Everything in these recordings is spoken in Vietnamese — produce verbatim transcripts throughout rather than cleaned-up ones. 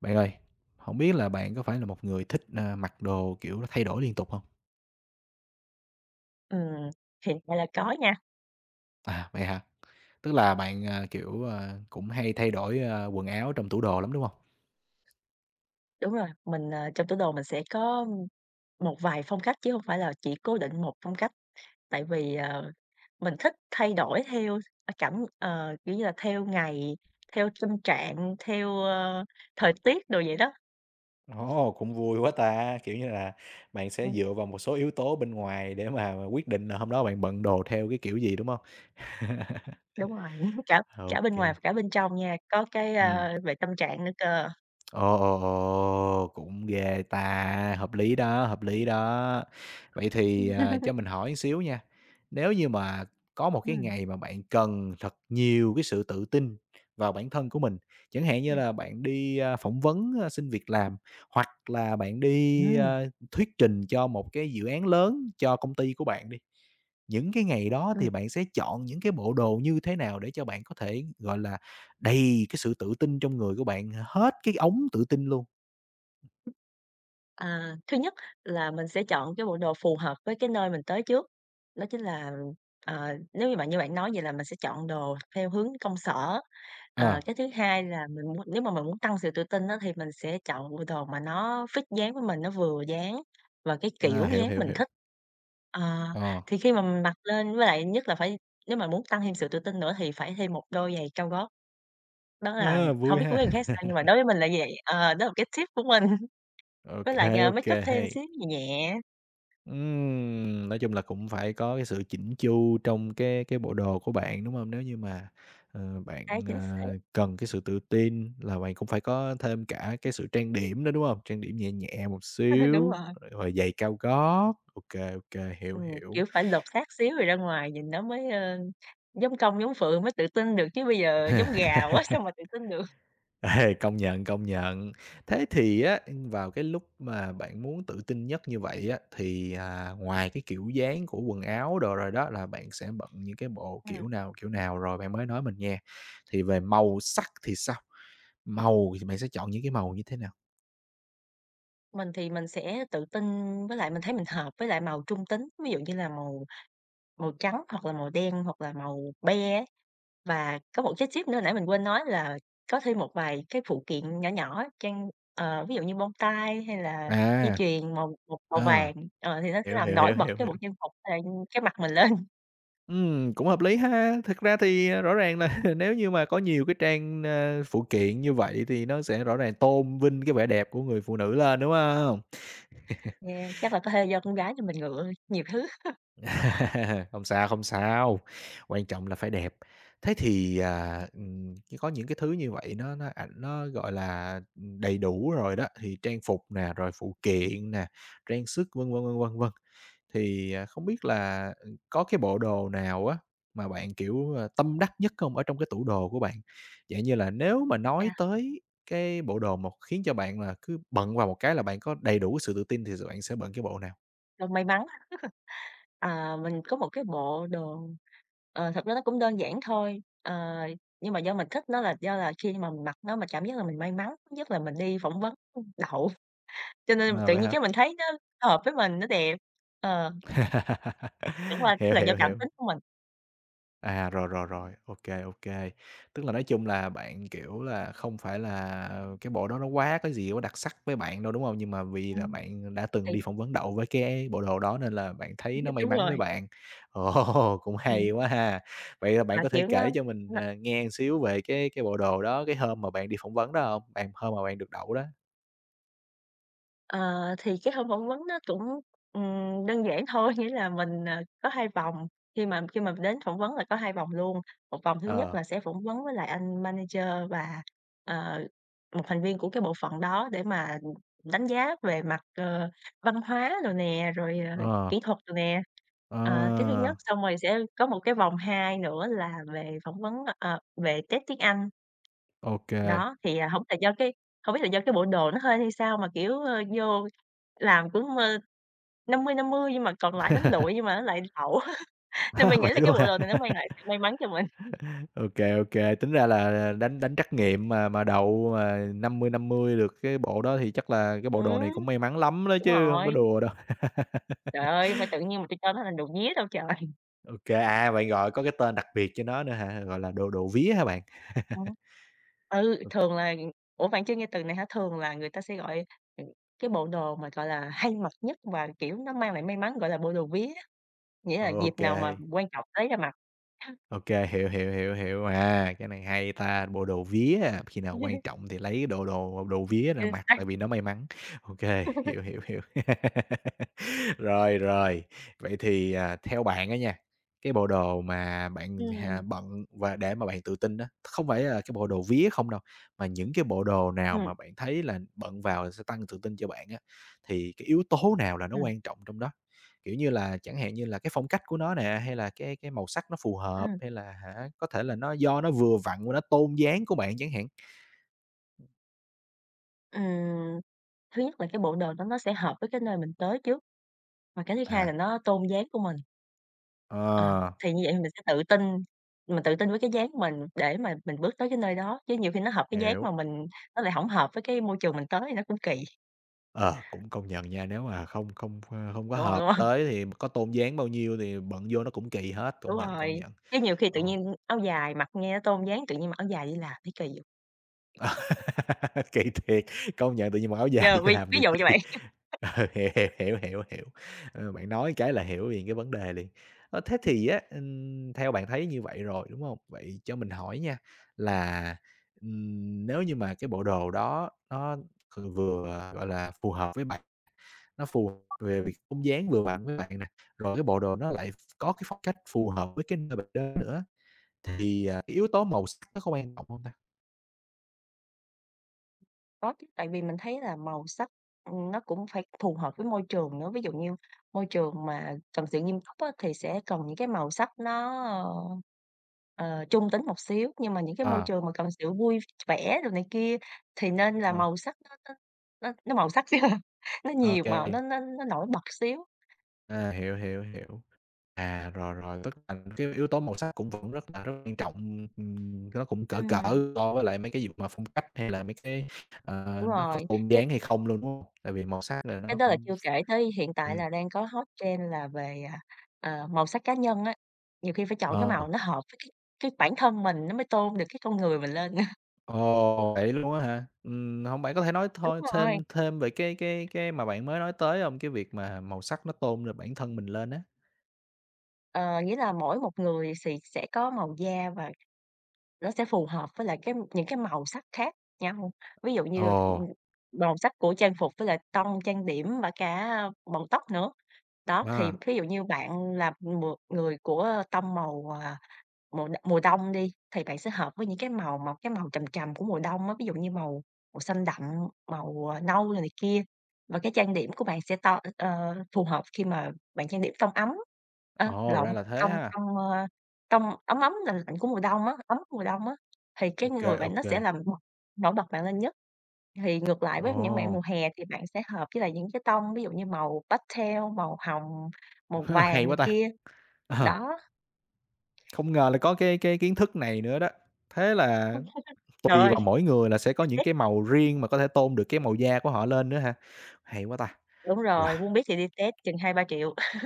Bạn ơi, không biết là bạn có phải là một người thích, ờ, mặc đồ, kiểu, nó thay đổi liên tục không? Ừm, hiện tại là có nha, À, vậy hả? Tức là bạn, à, kiểu, à, cũng hay thay đổi, a, quần áo trong tủ đồ lắm, đúng không? đúng rồi, mình, ờ, trong tủ đồ mình sẽ có một vài phong cách chứ không phải là chỉ cố định một phong cách, tại vì, ờ, mình thích thay đổi theo cảm ờ, kiểu như là, theo ngày, theo tâm trạng, theo, ơ, thời tiết đồ vậy đó. Ồ, cũng vui quá ta! Kiểu như là, bạn sẽ Ừm, dựa vào một số yếu tố bên ngoài để mà quyết định là hôm đó bạn bận đồ theo cái kiểu gì, đúng không? đúng rồi, cả cả OK bên kê. ngoài và cả bên trong nha, có cái, a, về tâm trạng nữa cơ. Ồ, ồ, ồ, cũng ghê ta, hợp lý đó, hợp lý đó. Vậy thì, à, cho mình hỏi một xíu nha, nếu như mà có một Ừm. cái Ừm, ngày mà bạn cần thật nhiều cái sự tự tin vào bản thân của mình, chẳng hạn như ừm. là bạn đi, a, phỏng vấn, a, xin việc làm, hoặc là bạn đi, a, thuyết trình cho một cái dự án lớn cho công ty của bạn đi, những cái ngày đó thì bạn sẽ chọn những cái bộ đồ như thế nào để cho bạn có thể, gọi là đầy cái sự tự tin trong người của bạn hết cái ống tự tin luôn. À, thứ nhất là mình sẽ chọn cái bộ đồ phù hợp với cái nơi mình tới trước, đó chính là, ờ, nếu như bạn như bạn nói vậy là mình sẽ chọn đồ theo hướng công sở. Ờ, Ờ. cái thứ hai là mình muốn nếu mà mình muốn tăng sự tự tin đó thì mình sẽ chọn bộ đồ mà nó fit dáng với mình, nó vừa dáng và cái À, kiểu hiểu, dáng hiểu, mình hiểu. thích. Ờ, Ờ. thì khi mà mình mặc lên với lại nhất là phải nếu mà muốn tăng thêm sự tự tin nữa thì phải thêm một đôi giày cao gót, đó là Ờ, không vui biết với ha. người khác sao nhưng mà đối với mình là vậy, ờ, đó là một cái tip của mình. Với OK, lại, à, OK, make up thêm hay. xíu nhẹ nhẹ, Ừm, nói chung là cũng phải có cái sự chỉnh chu trong cái cái bộ đồ của bạn, đúng không? Nếu như mà, ờ, đấy, bạn, chính xác, ờ, cần cái sự tự tin là bạn cũng phải có thêm cả cái sự trang điểm đó, đúng không? Trang điểm nhẹ nhẹ một đúng xíu, rồi, rồi rồi giày cao gót. OK, OK, hiểu, ừm, hiểu. kiểu, phải lột xác xíu rồi ra ngoài nhìn nó mới, ơ, giống công giống phượng mới tự tin được, chứ bây giờ giống gà quá sao mà tự tin được. Ê, công nhận, công nhận. Thế thì á, vào cái lúc mà bạn muốn tự tin nhất như vậy á, thì, à, ngoài cái kiểu dáng của quần áo đồ rồi đó là bạn sẽ bận những cái bộ Ừm, kiểu nào, kiểu nào rồi bạn mới nói mình nghe. Thì về màu sắc thì sao? Màu thì bạn sẽ chọn những cái màu như thế nào? mình thì mình sẽ tự tin với lại mình thấy mình hợp với lại màu trung tính, ví dụ như là màu màu trắng hoặc là màu đen hoặc là màu be á. Và có một cái tip nữa nãy mình quên nói là có thêm một vài cái phụ kiện nhỏ nhỏ trang ờ, ví dụ như bông tai hay là dây À, chuyền màu một màu ờ, vàng, ờ, thì nó sẽ hiểu, làm hiểu, nổi hiểu, bật hiểu, cái hiểu. bộ trang phục hay cái mặt mình lên. Ừm, cũng hợp lý ha. Thực ra thì, à, rõ ràng là nếu như mà có nhiều cái trang, a, phụ kiện như vậy thì nó sẽ rõ ràng tôn vinh cái vẻ đẹp của người phụ nữ lên, đúng không? Yeah, chắc là có thể do con gái cho mình ngựa nhiều thứ, Không sao, không sao, quan trọng là phải đẹp. Thế thì, à, ừm, cái có những cái thứ như vậy nó nó ảnh nó, gọi là, đầy đủ rồi đó, thì trang phục nè, rồi phụ kiện nè, trang sức, vân vân, vân vân, vân. Thì, à, không biết là, ừ, có cái bộ đồ nào á mà bạn, kiểu, ờ, tâm đắc nhất không ở trong cái tủ đồ của bạn? Dạng như là nếu mà à, nói tới cái bộ đồ mà khiến cho bạn là cứ bận vào một cái là bạn có đầy đủ sự tự tin thì bạn sẽ bận cái bộ nào? do may mắn. À, mình có một cái bộ đồ, ờ, thật ra nó cũng đơn giản thôi, ờ, nhưng mà do mình thích nó là do là khi mà mình mặc nó mà cảm giác là mình may mắn, thứ nhất là mình đi phỏng vấn đậu, cho nên À, tự vậy nhiên hả? cái mình thấy nó hợp với mình, nó đẹp. Ờ. Đúng rồi, tức Hiểu, là do hiểu, cảm hiểu. tính của mình. À, rồi, rồi, rồi, OK, OK. Tức là nói chung là bạn, kiểu là, không phải là cái bộ đó nó quá cái gì quá đặc sắc với bạn đâu, đúng không? Nhưng mà vì là Ừm, bạn đã từng thì đi phỏng vấn đậu với cái bộ đồ đó nên là bạn thấy nó may đúng mắn với rồi, bạn. Ồ, cũng hay ừm, quá ha! Vậy là bạn mà, có thể kiểu, nó kể cho mình, nó à, nghe một xíu về cái cái bộ đồ đó, cái hôm mà bạn đi phỏng vấn đó không? Bạn hôm mà bạn được đậu đó. ờ, thì cái hôm phỏng vấn nó cũng, ừm, đơn giản thôi, nghĩa là mình, ờ, có hai vòng, khi mà khi mà đến phỏng vấn là có hai vòng luôn. Một vòng thứ nhất Ờ, là sẽ phỏng vấn với lại anh manager và, ờ, một thành viên của cái bộ phận đó để mà đánh giá về mặt, ờ, văn hóa đồ nè, rồi, ờ, ờ, kỹ thuật đồ nè. ờ, Ờ, cái thứ nhất, xong rồi sẽ có một cái vòng hai nữa là về phỏng vấn, ờ, về test tiếng Anh. ô. Đó, thì, à, hổng biết là do cái hổng biết là do cái bộ đồ nó hơi hay sao mà, kiểu, ơ, vô làm cũng, ơ, năm mươi năm mươi nhưng mà còn lại nó lụi nhưng mà nó lại lẩu, nên mình nghĩ Vậy là cái luôn bộ hả? đồ này nó mang lại sự may mắn cho mình. OK, OK, tính ra là đánh đánh trắc nghiệm mà mà đậu mà năm mươi năm mươi được cái bộ đó thì chắc là cái bộ đồ này Ừm, cũng may mắn lắm đó đúng chứ không có rồi. đùa đâu. Trời ơi, phải tự nhiên mà tôi cho nó thành đồ nhía đâu trời. OK, à, bạn gọi có cái tên đặc biệt cho nó nữa hả? Gọi là đồ đồ vía hả bạn? Ừm. Ừ, thường là ủa, bạn chưa nghe từ này hả? Thường là người ta sẽ gọi, ừm, cái bộ đồ mà, gọi là, hay mặc nhất và, kiểu, nó mang lại may mắn gọi là bộ đồ vía, á, nghĩa là dịp OK, nào mà quan trọng lấy ra mặc. OK, hiểu, hiểu, hiểu, hiểu, à, cái này hay ta, bộ đồ vía à, khi nào quan trọng thì lấy đồ đồ đồ vía ra Chính mặc xác. tại vì nó may mắn. OK hiểu, hiểu, hiểu. Rồi, rồi, vậy thì, à, theo bạn á nha, cái bộ đồ mà bạn Ừm, hà bận và để mà bạn tự tin đó không phải là cái bộ đồ vía không đâu, mà những cái bộ đồ nào ừm. mà bạn thấy là bận vào sẽ tăng tự tin cho bạn á, thì cái yếu tố nào là nó Ừm, quan trọng trong đó? Kiểu như là, chẳng hạn như là cái phong cách của nó nè, hay là cái cái màu sắc nó phù hợp, ừm, hay là hả, có thể là nó do nó vừa vặn và nó tôn dáng của bạn chẳng hạn. ừm, thứ nhất là cái bộ đồ đó nó sẽ hợp với cái nơi mình tới trước, và cái thứ hai là À, nó tôn dáng của mình. Ờ, ờ, thì như vậy thì mình sẽ tự tin, mình tự tin với cái dáng mình để mà mình bước tới cái nơi đó, chứ nhiều khi nó hợp cái dáng mà hiểu. mình nó lại hổng hợp với cái môi trường mình tới thì nó cũng kỳ, Ờ, cũng công nhận nha, nếu mà không không, ơ, không có đúng hông, hợp đúng hông? tới thì có tôn dáng bao nhiêu thì bận vô nó cũng kỳ hết, Đúng công nhận, công rồi, nhận. chứ nhiều khi tự Ồ, nhiên áo dài mặc nghe nó tôn dáng, tự nhiên mặc áo dài đi làm thấy kỳ vậy. kỳ thiệt, công nhận tự nhiên mặc áo Giờ dài ví làm ví thì dụ như kỳ. vậy. Ờ, hiểu, hiểu, hiểu, hiểu, hiểu. Ờ, bạn nói cái là hiểu liền cái vấn đề liền. Ơ, thế thì á, ừm, theo bạn thấy như vậy rồi, đúng không? Vậy cho mình hỏi nha, là, ừm, nếu như mà cái bộ đồ đó nó kh vừa, gọi là, phù hợp với bạn, nó phù hợp về việc vóc dáng vừa vặn với bạn nè, rồi cái bộ đồ nó lại có cái phong cách phù hợp với cái nơi bạn đến nữa, thì, à, cái yếu tố màu sắc nó có quan trọng không ta? Có chứ, tại vì mình thấy là màu sắc, ừm, nó cũng phải phù hợp với môi trường nữa. Ví dụ như môi trường mà cần sự nghiêm túc á, thì sẽ cần những cái màu sắc nó, ờ, ờ, trung tính một xíu, nhưng mà những cái môi Ờ, trường mà cần sự vui vẻ rồi này kia thì nên là ờ, màu sắc nó nó nó nó màu sắc chứ, nó ô. nhiều màu, nó nó nó nổi bật xíu. À, hiểu, hiểu, hiểu. À, rồi, rồi, tức là cái yếu tố màu sắc cũng vẫn rất là rất quan trọng, ừm, nó cũng cỡ Ừm, cỡ so với lại mấy cái việc mà phong cách hay là mấy cái, ờ, đúng nó có rồi, tôn cái dáng hay không luôn, đúng không? Tại vì màu sắc là Cái nó đó là cũng chưa kể tới hiện tại ừm, là đang có hot trend là về, à, ờ, màu sắc cá nhân á, nhiều khi phải chọn cái ờ, màu nó hợp với cái cái bản thân mình nó mới tôn được cái con người mình lên. ồ, vậy luôn á hả? Ừm, hông bạn có thể nói Đúng thôi rồi, thêm thêm về cái cái cái mà bạn mới nói tới không? Cái việc mà màu sắc nó tôn lên bản thân mình lên á. ờ, nghĩa là mỗi một người xì sẽ có màu da và nó sẽ phù hợp với lại cái những cái màu sắc khác nhau. Ví dụ Ồ, như, ừm, màu sắc của trang phục với lại tông trang điểm và cả bọng tóc nữa. Đó, thì à, ví dụ như bạn là một người của tông màu, à, mùa đ mùa đông đi, thì bạn sẽ hợp với những cái màu mà cái màu trầm trầm của mùa đông á, ví dụ như màu màu xanh đậm, màu, à, nâu rồi này kia, và cái trang điểm của bạn sẽ to ờ, phù hợp khi mà bạn trang điểm tông ấm, ơ, ồ, lộn, ra là thế tông ha. tông, ơ, tông ấm ấm, lạnh lạnh của mùa đông á, ấm của mùa đông á, thì cái OK, người bạn nó OK, sẽ ô. làm bật nổi bật bạn lên nhất. Thì ngược lại với những bạn Ồ, mùa hè thì bạn sẽ hợp với lại những cái tông ví dụ như màu pastel, màu hồng, màu hay vàng quá này ta! kia, Ờ. đó. Không ngờ là có cái cái kiến thức này nữa đó. Thế là Trời tùy ơi, vào đi mỗi người là sẽ có những Tết cái màu riêng mà có thể tôn được cái màu da của họ lên nữa hả? Hay quá ta! đúng Wow! rồi, Moonbeam thì đi Tết chừng hai ba triệu.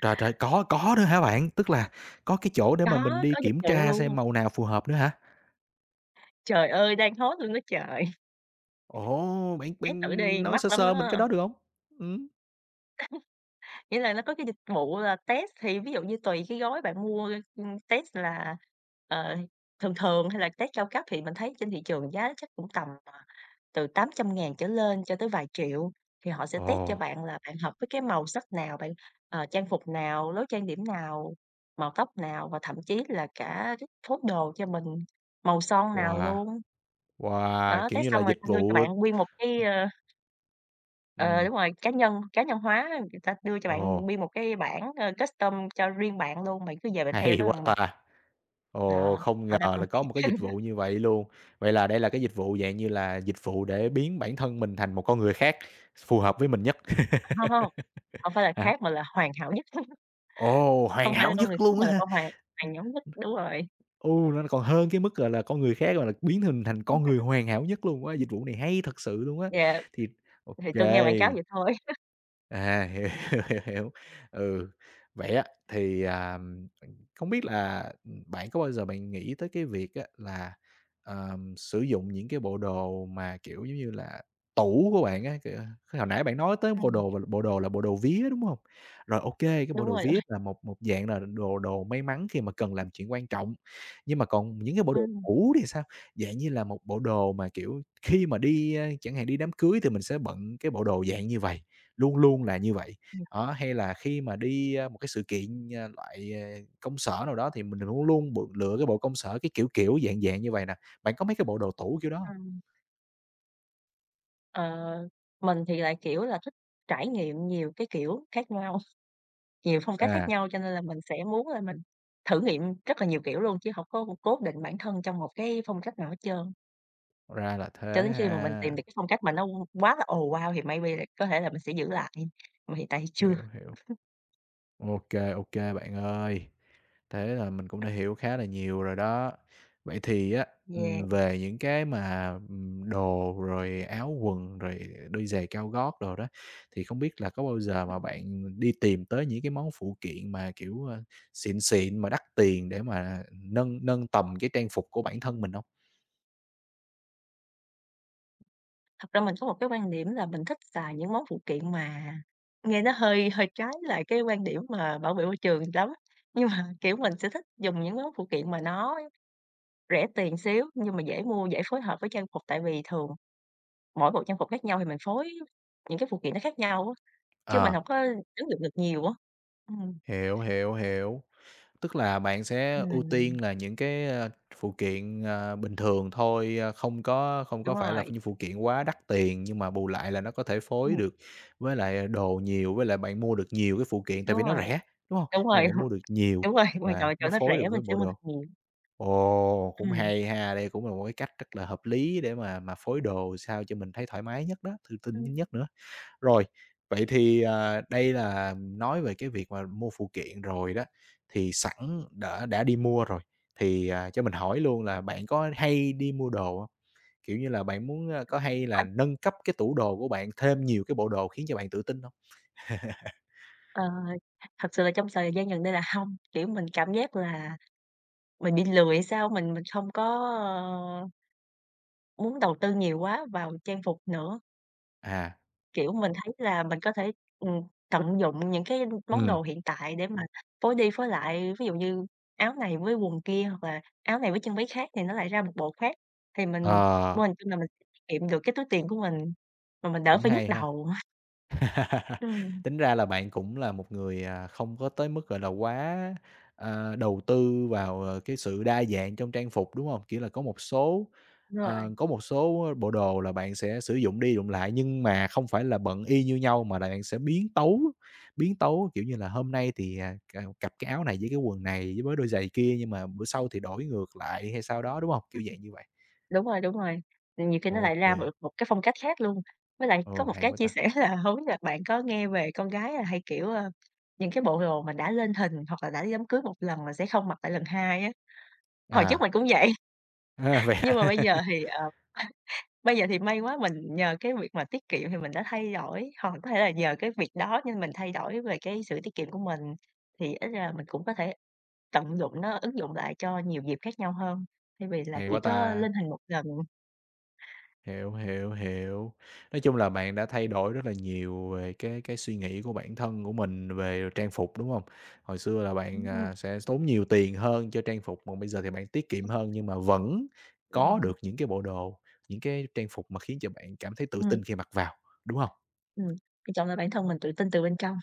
Trời, trời, có có nữa hả bạn? Tức là có cái chỗ để mà mình Có, đi có dịch kiểm vụ tra luôn. xem màu nào phù hợp nữa hả? Trời ơi, đang hot luôn đó trời, Ồ, bạn bạn test thử đi, nói sơ mắc lắm sơ mình cái á. đó được không? Ừm. Nghĩa là nó có cái dịch vụ là test thì ví dụ như tùy cái gói bạn mua, ừm, test là, ờ, thường thường hay là test cao cấp thì mình thấy trên thị trường giá chắc cũng tầm, ờ từ tám trăm ngàn trở lên cho tới vài triệu, thì họ sẽ test cho Ồ, bạn là bạn hợp với cái màu sắc nào, bạn, ờ, trang phục nào, lối trang điểm nào, màu tóc nào và thậm chí là cả cái phác đồ cho mình, màu son nào wow, luôn. wow, Đó, kiểu test như là xong rồi dịch ta đưa cho vụ bạn nguyên một cái, ơ ờ, ừm, đúng rồi, cá nhân cá nhân hóa, người ta đưa cho ồ. bạn nguyên một cái bảng, ơ, custom cho riêng bạn luôn, bạn cứ về bạn theo Hay đó quá bạn mặc. ta! Ồ, Đó, không hỏi ngờ đáp ăn là có thiệt, một cái dịch vụ như vậy luôn. Vậy là đây là cái dịch vụ dạng như là dịch vụ để biến bản thân mình thành một con người khác, phù hợp với mình nhất không hông, phải là hả? khác mà là hoàn hảo nhất. Ồ, hoàn Không phải là hảo con nhất người khác luôn mà á là hả? con hoàng hoàng nhóm vít, đúng rồi. Ừ, nó còn hơn cái mức, gọi là, con người khác, mà là, biến mình thành con người hoàn hảo nhất luôn á, dịch vụ này hay thật sự luôn á. Yeah, Thì OK. thì tui nghe quảng cáo vậy thôi. À, hiểu, hiểu, hiểu, hiểu. Ừ, vậy á thì, à, không biết là, bạn có bao giờ bạn nghĩ tới cái việc á là, ờm, sử dụng những cái bộ đồ mà, kiểu, giống như là, tủ của bạn á, kiểu, hồi nãy bạn nói tới bộ Ừm, đồ và bộ đồ là bộ đồ vía, đúng không? Rồi, OK, cái bộ đúng đồ rồi, đúng vía rồi. là một một dạng là đồ đồ may mắn khi mà cần làm chuyện quan trọng, nhưng mà còn những cái bộ đồ Ừm, cũ thì sao? Dạng như là một bộ đồ mà, kiểu khi mà đi, a, chẳng hạn đi đám cưới thì mình sẽ bận cái bộ đồ dạng như vậy, luôn luôn là như vậy. ừm, Đó, hay là khi mà đi, a, một cái sự kiện, à, loại, à, công sở nào đó thì mình luôn luôn bự lựa cái bộ công sở, cái kiểu kiểu, dạng dạng như vậy nè. Bạn có mấy cái bộ đồ tủ kiểu đó hông? ừm. Ờ, mình thì lại, kiểu là, thích trải nghiệm nhiều cái kiểu khác nhau, nhiều phong cách khác À, nhau cho nên là mình sẽ muốn là mình thử nghiệm rất là nhiều kiểu luôn, chứ hổng có cố định bản thân trong một cái phong cách nào hết trơn. ra là Cho thế đến khi mà mình ha, tìm được cái phong cách mà nó quá là ồ, wow thì maybe là có thể là mình sẽ giữ lại, mà hiện tại thì chưa. hiểu, hiểu. OK, OK, bạn ơi. Thế là mình cũng đã hiểu khá là nhiều rồi đó. Vậy thì á, Yeah. ừm, về những cái mà, ừm, đồ rồi áo quần, rồi đôi giày cao gót đồ đó, thì không biết là có bao giờ mà bạn đi tìm tới những cái món phụ kiện mà, kiểu, ơ, xịn xịn mà đắt tiền để mà nâng nâng tầm cái trang phục của bản thân mình không? Thật ra mình có một cái quan điểm là mình thích xài những món phụ kiện mà nghe nó hơi hơi trái lại cái quan điểm mà bảo vệ môi trường lắm. Nhưng mà, kiểu, mình sẽ thích dùng những món phụ kiện mà nó rẻ tiền xíu, nhưng mà dễ mua, dễ phối hợp với trang phục, tại vì thường mỗi bộ trang phục khác nhau thì mình phối những cái phụ kiện nó khác nhau á, chứ mình Ờ, không có ứng dụng được nhiều á. Ừm, hiểu, hiểu, hiểu. Tức là bạn sẽ ưu ừm, tiên là những cái, ơ, phụ kiện, ờ, bình thường thôi, ơ, không có không có đúng phải là rồi, những phụ kiện quá đắt tiền, nhưng mà bù lại là nó có thể phối ừm, được với lại đồ nhiều, với lại bạn mua được nhiều cái phụ kiện tại đúng vì nó rồi, rẻ, đúng không? đúng Nên là rồi, bạn mua được nhiều đúng rồi, quan trọng và là chỗ nó nó phối được rẻ mình với sẽ bộ mua được đồ. nhiều. Ồ, cũng Ừm, hay ha, đây cũng là một cái cách rất là hợp lý để mà mà phối đồ sao cho mình thấy thoải mái nhất đó, thư tin ừm. nhất nữa. Rồi, vậy thì, à, đây là nói về cái việc mà mua phụ kiện rồi đó, thì sẵn đã đã đi mua rồi, thì, à, cho mình hỏi luôn là bạn có hay đi mua đồ hông? Kiểu như là, bạn muốn, a, có hay là nâng cấp cái tủ đồ của bạn thêm nhiều cái bộ đồ khiến cho bạn tự tin không? Ờ, thật sự là trong thời gian gần đây là không kiểu, mình cảm giác là mình bị lười hay sao, mình mình không có, ờ, muốn đầu tư nhiều quá vào trang phục nữa. À, Kiểu, mình thấy là mình có thể, ừm, tận dụng những cái món ừm, đồ hiện tại để mà phối đi phối lại, ví dụ như áo này với quần kia, hoặc là áo này với chân váy khác thì nó lại ra một bộ khác, thì ờ, mình mình chung là mình tiết kiệm được cái túi tiền của mình, mà mình đỡ cũng phải nhức hay ha. đầu. Ừm, Tính ra là bạn cũng là một người, à, không có tới mức, gọi là, quá, ờ, đầu tư vào, ờ, cái sự đa dạng trong trang phục, đúng không? Kiểu là, có một số, đúng rồi. ờ, có một số bộ đồ là bạn sẽ sử dụng đi dụng lại nhưng mà không phải là bận y như nhau mà là bạn sẽ biến tấu, biến tấu, kiểu như là, hôm nay thì, à, c cặp cái áo này với cái quần này với đôi giày kia nhưng mà bữa sau thì đổi ngược lại hay sao đó, đúng không? Kiểu dạng như vậy. Đúng rồi, đúng rồi, nhiều khi nó lại OK, ra kê. được một cái phong cách khác luôn. Với lại có Ồ, một hay cái quá chia ta! sẻ là hông biết là bạn có nghe về con gái là hay, kiểu, ơ, những cái bộ đồ mà đã lên hình hoặc là đã đi đám cưới một lần là sẽ không mặc lại lần hai á. Hồi trước À, mình cũng vậy, à, vậy. nhưng mà bây giờ thì, ờ, bây giờ thì may quá mình nhờ cái việc mà tiết kiệm thì mình đã thay đổi, hoặc có thể là nhờ cái việc đó nên mình thay đổi về cái sự tiết kiệm của mình, thì ít ra mình cũng có thể tận dụng nó, ứng dụng lại cho nhiều dịp khác nhau hơn, thay vì là Hay chỉ quá có lên ta! hình một lần. Hiểu, hiểu, hiểu. Nói chung là bạn đã thay đổi rất là nhiều về cái cái suy nghĩ của bản thân của mình về trang phục, đúng không? Hồi xưa là bạn, Ừm, à, sẽ tốn nhiều tiền hơn cho trang phục, mà bây giờ thì bạn tiết kiệm hơn nhưng mà vẫn có được những cái bộ đồ, những cái trang phục mà khiến cho bạn cảm thấy tự ừm. tin khi mặc vào, đúng không? Ừm, quan trọng là bản thân mình tự tin từ bên trong,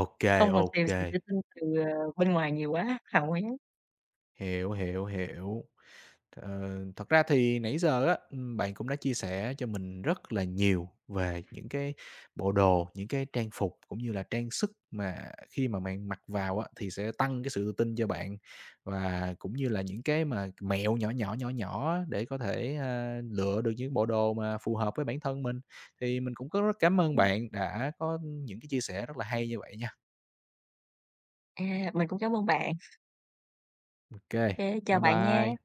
OK, không còn tìm OK, sự tự tin từ, ờ, bên ngoài nhiều quá, hào nhoáng. hiểu, hiểu, hiểu. Ờ, thật ra thì nãy giờ á, ừm, bạn cũng đã chia sẻ cho mình rất là nhiều về những cái bộ đồ, những cái trang phục cũng như là trang sức mà khi mà bạn mặc vào á, thì sẽ tăng cái sự tự tin cho bạn và cũng như là những cái mà mẹo nhỏ nhỏ, nhỏ nhỏ để có thể, a, lựa được những bộ đồ mà phù hợp với bản thân mình. Thì mình cũng có rất cảm ơn Ừm, bạn đã có những cái chia sẻ rất là hay như vậy nha. à, mình cũng cảm ơn bạn. OK, Ô kê, chào bye bạn nha. bye.